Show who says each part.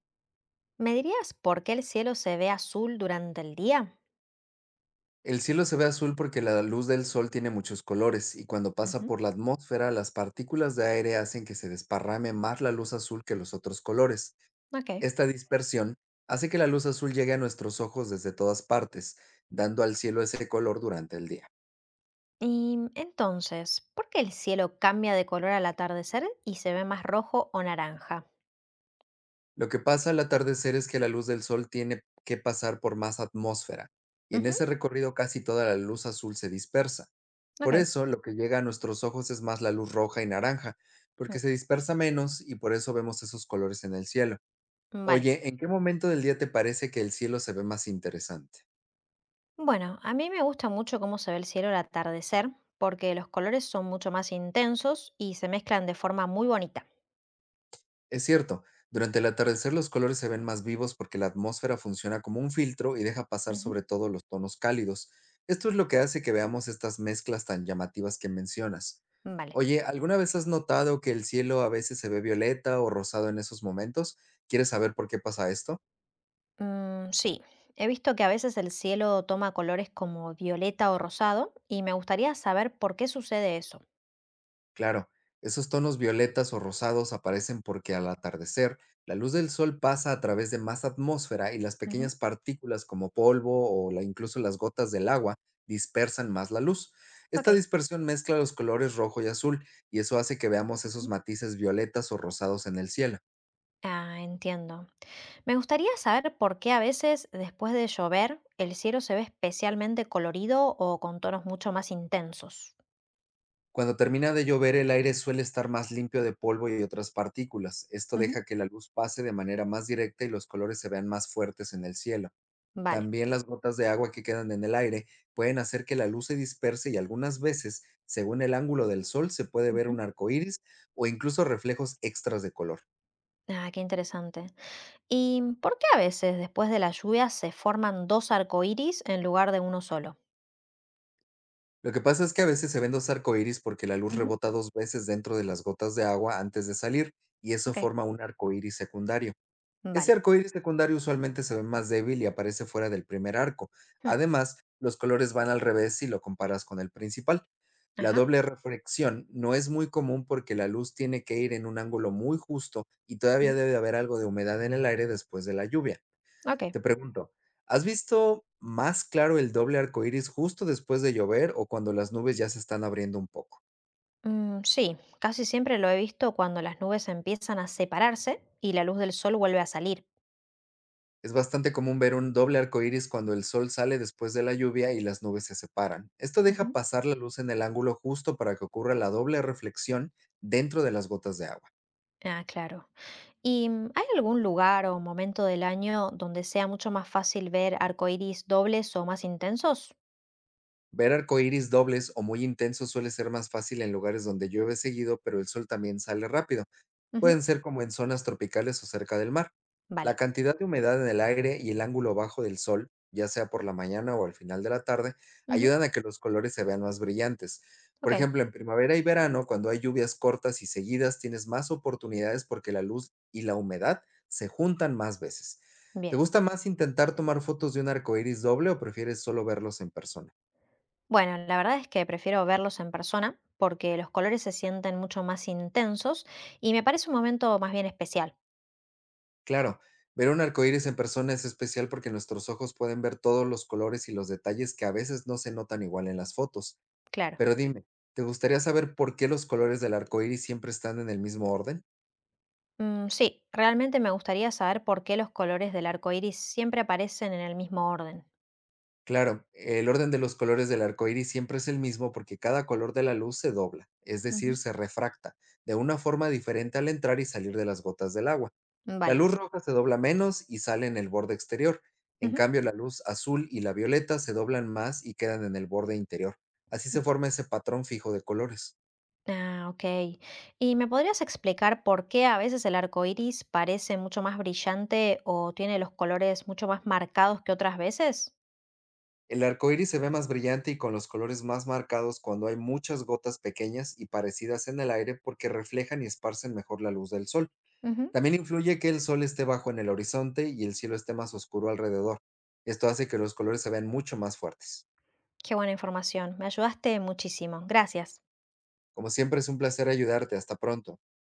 Speaker 1: ¿Me dirías por qué el cielo se ve azul durante el día?
Speaker 2: El cielo se ve azul porque la luz del sol tiene muchos colores y cuando pasa
Speaker 1: Ujú.
Speaker 2: por la atmósfera las partículas de aire hacen que se desparrame más la luz azul que los otros colores.
Speaker 1: Ok.
Speaker 2: Esta dispersión hace que la luz azul llegue a nuestros ojos desde todas partes, dando al cielo ese color durante el día.
Speaker 1: Y entonces, ¿por qué el cielo cambia de color al atardecer y se ve más rojo o naranja?
Speaker 2: Lo que pasa al atardecer es que la luz del sol tiene que pasar por más atmósfera, y en
Speaker 1: Ujú.
Speaker 2: ese recorrido casi toda la luz azul se dispersa.
Speaker 1: Ok.
Speaker 2: Por eso, lo que llega a nuestros ojos es más la luz roja y naranja, porque
Speaker 1: Mm.
Speaker 2: se dispersa menos y por eso vemos esos colores en el cielo.
Speaker 1: Vale.
Speaker 2: Oye, ¿en qué momento del día te parece que el cielo se ve más interesante?
Speaker 1: Bueno, a mí me gusta mucho cómo se ve el cielo al atardecer, porque los colores son mucho más intensos y se mezclan de forma muy bonita.
Speaker 2: Es cierto, durante el atardecer los colores se ven más vivos porque la atmósfera funciona como un filtro y deja pasar
Speaker 1: Ujú.
Speaker 2: sobre todo los tonos cálidos. Esto es lo que hace que veamos estas mezclas tan llamativas que mencionas.
Speaker 1: Vale.
Speaker 2: Oye, ¿alguna vez has notado que el cielo a veces se ve violeta o rosado en esos momentos? ¿Quieres saber por qué pasa esto?
Speaker 1: Sí, he visto que a veces el cielo toma colores como violeta o rosado y me gustaría saber por qué sucede eso.
Speaker 2: Claro, esos tonos violetas o rosados aparecen porque al atardecer, la luz del sol pasa a través de más atmósfera y las
Speaker 1: Ujú.
Speaker 2: pequeñas partículas como polvo o incluso las gotas del agua dispersan más la luz.
Speaker 1: Ok.
Speaker 2: Esta dispersión mezcla los colores rojo y azul, y eso hace que veamos esos matices violetas o rosados en el cielo.
Speaker 1: Ah, entiendo. Me gustaría saber por qué a veces después de llover el cielo se ve especialmente colorido o con tonos mucho más intensos.
Speaker 2: Cuando termina de llover, el aire suele estar más limpio de polvo y otras partículas. Esto
Speaker 1: Ujú.
Speaker 2: deja que la luz pase de manera más directa y los colores se vean más fuertes en el cielo.
Speaker 1: Vale.
Speaker 2: También las gotas de agua que quedan en el aire pueden hacer que la luz se disperse y, algunas veces, según el ángulo del sol, se puede ver
Speaker 1: Ujú.
Speaker 2: un arco iris o incluso reflejos extras de color.
Speaker 1: Ah, qué interesante. ¿Y por qué a veces después de la lluvia se forman dos arcoíris en lugar de uno solo?
Speaker 2: Lo que pasa es que a veces se ven dos arco iris porque la luz
Speaker 1: Ujú.
Speaker 2: rebota dos veces dentro de las gotas de agua antes de salir, y eso
Speaker 1: Ok.
Speaker 2: forma un arco iris secundario. Ese
Speaker 1: Vale.
Speaker 2: arcoíris secundario usualmente se ve más débil y aparece fuera del primer arco.
Speaker 1: Hmm.
Speaker 2: Además, los colores van al revés si lo comparas con el principal. La
Speaker 1: Ajá.
Speaker 2: doble reflexión no es muy común porque la luz tiene que ir en un ángulo muy justo y todavía
Speaker 1: Ujú.
Speaker 2: debe haber algo de humedad en el aire después de la lluvia.
Speaker 1: Ok.
Speaker 2: Te pregunto, ¿has visto más claro el doble arcoíris justo después de llover o cuando las nubes ya se están abriendo un poco?
Speaker 1: Sí, casi siempre lo he visto cuando las nubes empiezan a separarse y la luz del sol vuelve a salir.
Speaker 2: Es bastante común ver un doble arco iris cuando el sol sale después de la lluvia y las nubes se separan. Esto deja
Speaker 1: Ujú.
Speaker 2: pasar la luz en el ángulo justo para que ocurra la doble reflexión dentro de las gotas de agua.
Speaker 1: Ah, claro. ¿Y hay algún lugar o momento del año donde sea mucho más fácil ver arcoíris dobles o más intensos?
Speaker 2: Ver arco iris dobles o muy intensos suele ser más fácil en lugares donde llueve seguido, pero el sol también sale rápido.
Speaker 1: Ujú.
Speaker 2: Pueden ser como en zonas tropicales o cerca del mar.
Speaker 1: Vale.
Speaker 2: La cantidad de humedad en el aire y el ángulo bajo del sol, ya sea por la mañana o al final de la tarde,
Speaker 1: Ujú.
Speaker 2: ayudan a que los colores se vean más brillantes. Por
Speaker 1: Ok,
Speaker 2: ejemplo, en primavera y verano, cuando hay lluvias cortas y seguidas, tienes más oportunidades porque la luz y la humedad se juntan más veces. ¿Te
Speaker 1: bien.
Speaker 2: gusta más intentar tomar fotos de un arco iris doble o prefieres solo verlos en persona?
Speaker 1: Bueno, la verdad es que prefiero verlos en persona porque los colores se sienten mucho más intensos y me parece un momento más bien especial,
Speaker 2: Claro, ver un arcoíris en persona es especial porque nuestros ojos pueden ver todos los colores y los detalles que a veces no se notan igual en las fotos.
Speaker 1: claro.
Speaker 2: Pero dime, ¿te gustaría saber por qué los colores del arcoíris siempre están en el mismo orden?
Speaker 1: Sí, realmente me gustaría saber por qué los colores del arco iris siempre aparecen en el mismo orden.
Speaker 2: Claro, el orden de los colores del arcoíris siempre es el mismo porque cada color de la luz se dobla, es decir,
Speaker 1: Ujú.
Speaker 2: se refracta, de una forma diferente al entrar y salir de las gotas del agua. La
Speaker 1: Vale.
Speaker 2: luz roja se dobla menos y sale en el borde exterior. En
Speaker 1: Ujú.
Speaker 2: cambio, la luz azul y la violeta se doblan más y quedan en el borde interior. Así se forma ese patrón fijo de colores.
Speaker 1: Ah, ok. ¿Y me podrías explicar por qué a veces el arco iris parece mucho más brillante o tiene los colores mucho más marcados que otras veces?
Speaker 2: El arco iris se ve más brillante y con los colores más marcados cuando hay muchas gotas pequeñas y parecidas en el aire porque reflejan y esparcen mejor la luz del sol.
Speaker 1: Ujú.
Speaker 2: También influye que el sol esté bajo en el horizonte y el cielo esté más oscuro alrededor. Esto hace que los colores se vean mucho más fuertes.
Speaker 1: Qué buena información. Me ayudaste muchísimo. Gracias.
Speaker 2: Como siempre, es un placer ayudarte. Hasta pronto.